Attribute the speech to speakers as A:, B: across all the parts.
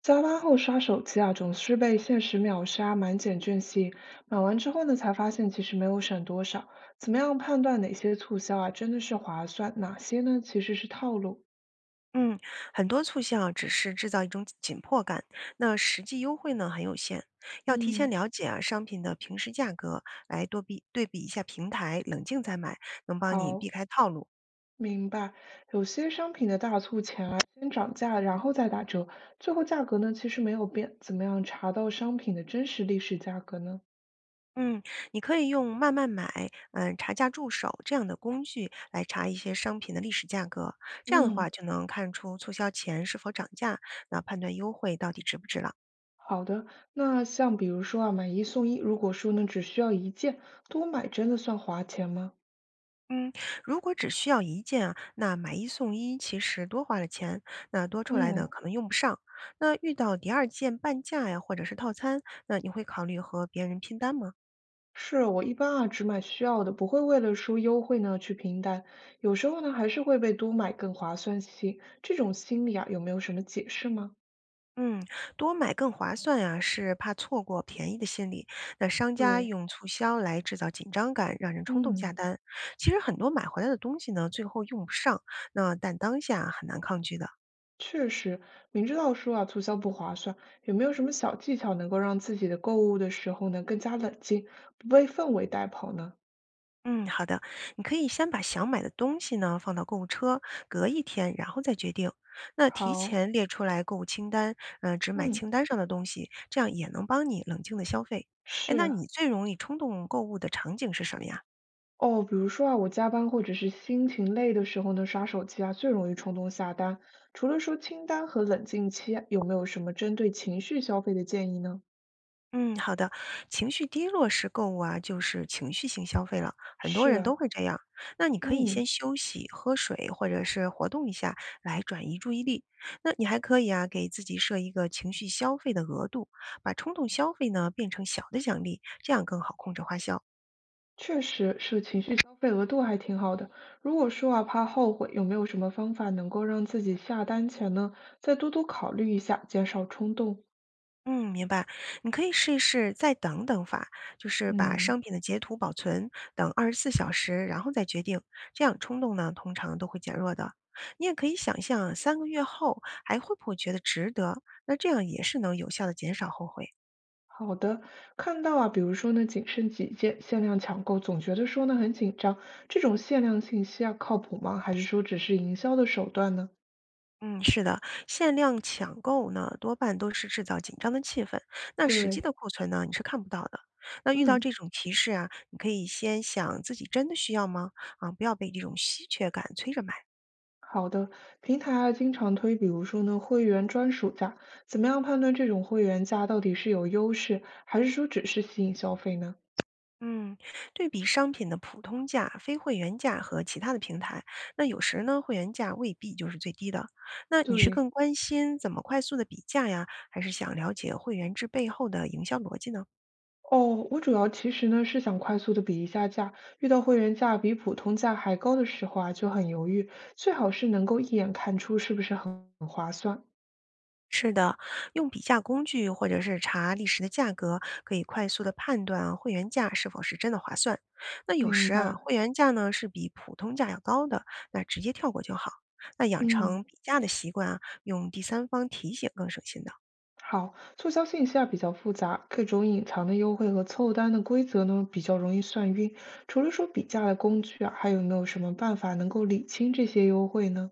A: 加班后刷手机啊，总是被限时秒杀、满减券吸引，买完之后呢，才发现其实没有省多少。怎么样判断哪些促销啊真的是划算，哪些呢其实是套路？
B: 嗯，很多促销啊只是制造一种紧迫感，那实际优惠呢很有限。要提前
A: 嗯，
B: 了解啊商品的平时价格，来多比对比一下平台，冷静再买，能帮你避
A: 好，
B: 开套路。
A: 明白。有些商品的大促前啊，先涨价，然后再打折，最后价格呢其实没有变。怎么样查到商品的真实历史价格呢？
B: 嗯，你可以用慢慢买，查价助手这样的工具来查一些商品的历史价格，这样的话
A: 嗯，
B: 就能看出促销前是否涨价，那判断优惠到底值不值了。
A: 好的，那像比如说啊，买一送一，如果说呢只需要一件，多买真的算划钱吗？
B: 嗯，如果只需要一件啊，那买一送一其实多花了钱，那多出来的
A: 哦，
B: 可能用不上。那遇到第二件半价呀，或者是套餐，那你会考虑和别人拼单吗？
A: 是，我一般啊只买需要的，不会为了说优惠呢去拼单，有时候呢还是会被多买更划算些，这种心理啊有没有什么解释吗？
B: 嗯，多买更划算呀，是怕错过便宜的心理。那商家
A: 对，
B: 用促销来制造紧张感，让人冲动下
A: 嗯，
B: 单。其实很多买回来的东西呢，最后用不上，那但当下很难抗拒的。
A: 确实，明知道说啊促销不划算，有没有什么小技巧能够让自己的购物的时候呢更加冷静，不被氛围带跑呢？
B: 嗯，好的，你可以先把想买的东西呢放到购物车，隔一天然后再决定。那提
A: 好，
B: 前列出来购物清单，只买清
A: 嗯，
B: 单上的东西，这样也能帮你冷静的消费。哎，那
A: 是。
B: 你最容易冲动购物的场景是什么呀？
A: 哦，比如说啊，我加班或者是心情累的时候呢，刷手机啊，最容易冲动下单。除了说清单和冷静期，有没有什么针对情绪消费的建议呢？
B: 嗯，好的。情绪低落时购物啊，就是情绪性消费了，很多
A: 是
B: 人
A: 啊，
B: 都会这样。那你可以
A: 嗯，
B: 先休息、喝水，或者是活动一下，来转移注意力。那你还可以啊，给自己设一个情绪消费的额度，把冲动消费呢变成小的奖励，这样更好控制花销。
A: 确实是情绪消费额度还挺好的。如果说啊，怕后悔，有没有什么方法能够让自己下单前呢，再多多考虑一下，减少冲动？
B: 嗯，明白。你可以试一试再等等法，就是把
A: 嗯。
B: 商品的截图保存，等24小时，然后再决定。这样冲动呢，通常都会减弱的。你也可以想象3个月后还会不会觉得值得，那这样也是能有效的减少后悔。
A: 好的，看到啊，比如说呢，仅剩几件限量抢购，总觉得说呢很紧张，这种限量信息啊，靠谱吗？还是说只是营销的手段呢？
B: 嗯，是的，限量抢购呢，多半都是制造紧张的气氛，那实际的
A: 对，
B: 库存呢，你是看不到的。那遇到
A: 嗯，
B: 这种提示啊，你可以先想自己真的需要吗？啊，不要被这种稀缺感催着买。
A: 好的，平台啊经常推，比如说呢会员专属价，怎么样判断这种会员价到底是有优势，还是说只是吸引消费呢？
B: 嗯，对比商品的普通价、非会员价和其他的平台，那有时呢，会员价未必就是最低的。那你是更
A: 对，
B: 关心怎么快速的比价呀，还是想了解会员制背后的营销逻辑呢？
A: 哦，我主要其实呢是想快速的比一下价，遇到会员价比普通价还高的时候啊，就很犹豫，最好是能够一眼看出是不是很划算。
B: 是的，用比价工具或者是查历史的价格，可以快速的判断会员价是否是真的划算。那有
A: 明
B: 时啊，
A: 白，
B: 会员价呢是比普通价要高的，那直接跳过就好。那养
A: 嗯，
B: 成比价的习惯啊，用第三方提醒更省心的。
A: 好，促销信息啊比较复杂，各种隐藏的优惠和凑单的规则呢比较容易算晕。除了说比价的工具啊，还有没有什么办法能够理清这些优惠呢？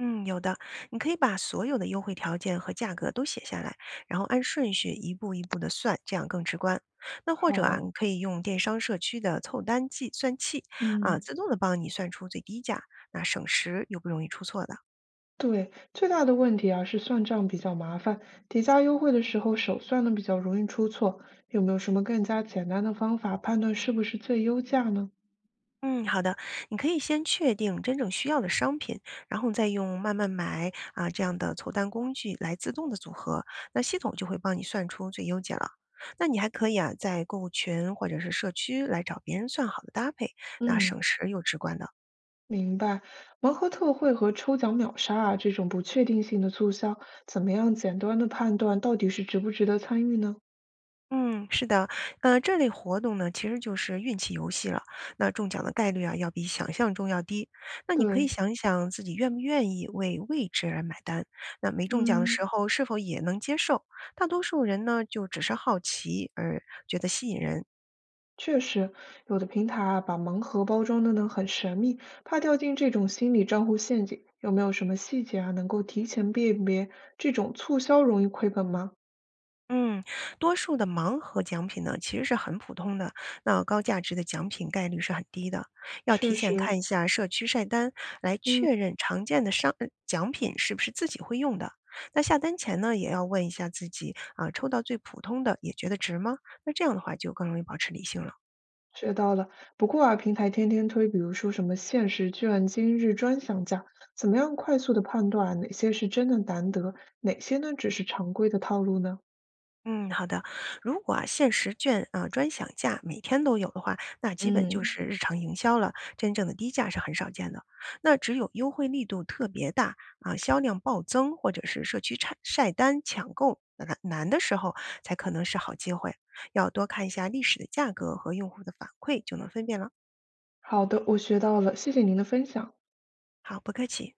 B: 嗯，有的，你可以把所有的优惠条件和价格都写下来，然后按顺序一步一步的算，这样更直观。那或者啊，
A: 好，
B: 你可以用电商社区的凑单计算器啊，
A: 嗯。
B: 自动的帮你算出最低价，那省时又不容易出错的。
A: 对，最大的问题啊是算账比较麻烦，叠加优惠的时候手算呢比较容易出错。有没有什么更加简单的方法判断是不是最优价呢？
B: 嗯，好的，你可以先确定真正需要的商品，然后再用慢慢买啊这样的凑单工具来自动的组合，那系统就会帮你算出最优解了。那你还可以啊，在购物群或者是社区来找别人算好的搭配，那
A: 嗯，
B: 省时又直观的。
A: 明白。盲盒特惠和抽奖秒杀啊这种不确定性的促销，怎么样简单的判断到底是值不值得参与呢？
B: 嗯，是的，这类活动呢，其实就是运气游戏了。那中奖的概率啊，要比想象中要低。那你可以
A: 对，
B: 想一想自己愿不愿意为未知而买单。那没中奖的时
A: 嗯。
B: 候，是否也能接受？大多数人呢，就只是好奇而觉得吸引人。
A: 确实，有的平台啊，把盲盒包装的呢很神秘，怕掉进这种心理账户陷阱。有没有什么细节啊，能够提前辨别这种促销容易亏本吗？
B: 嗯，多数的盲盒奖品呢，其实是很普通的，那高价值的奖品概率是很低的。要提
A: 确
B: 前
A: 实，
B: 看一下社区晒单，来
A: 嗯，
B: 确认常见的奖品是不是自己会用的。那下单前呢，也要问一下自己啊，抽到最普通的也觉得值吗？那这样的话就更容易保持理性了。
A: 学到了。不过啊，平台天天推，比如说什么限时券、今日专享价，怎么样快速的判断啊哪些是真的难得，哪些呢只是常规的套路呢？
B: 嗯，好的。如果啊限时券啊、专享价每天都有的话，那基本就
A: 嗯，
B: 是日常营销了，真正的低价是很少见的。那只有优惠力度特别大啊、销量暴增或者是社区晒晒单抢购难的时候，才可能是好机会。要多看一下历史的价格和用户的反馈，就能分辨了。
A: 好的，我学到了，谢谢您的分享。
B: 好，不客气。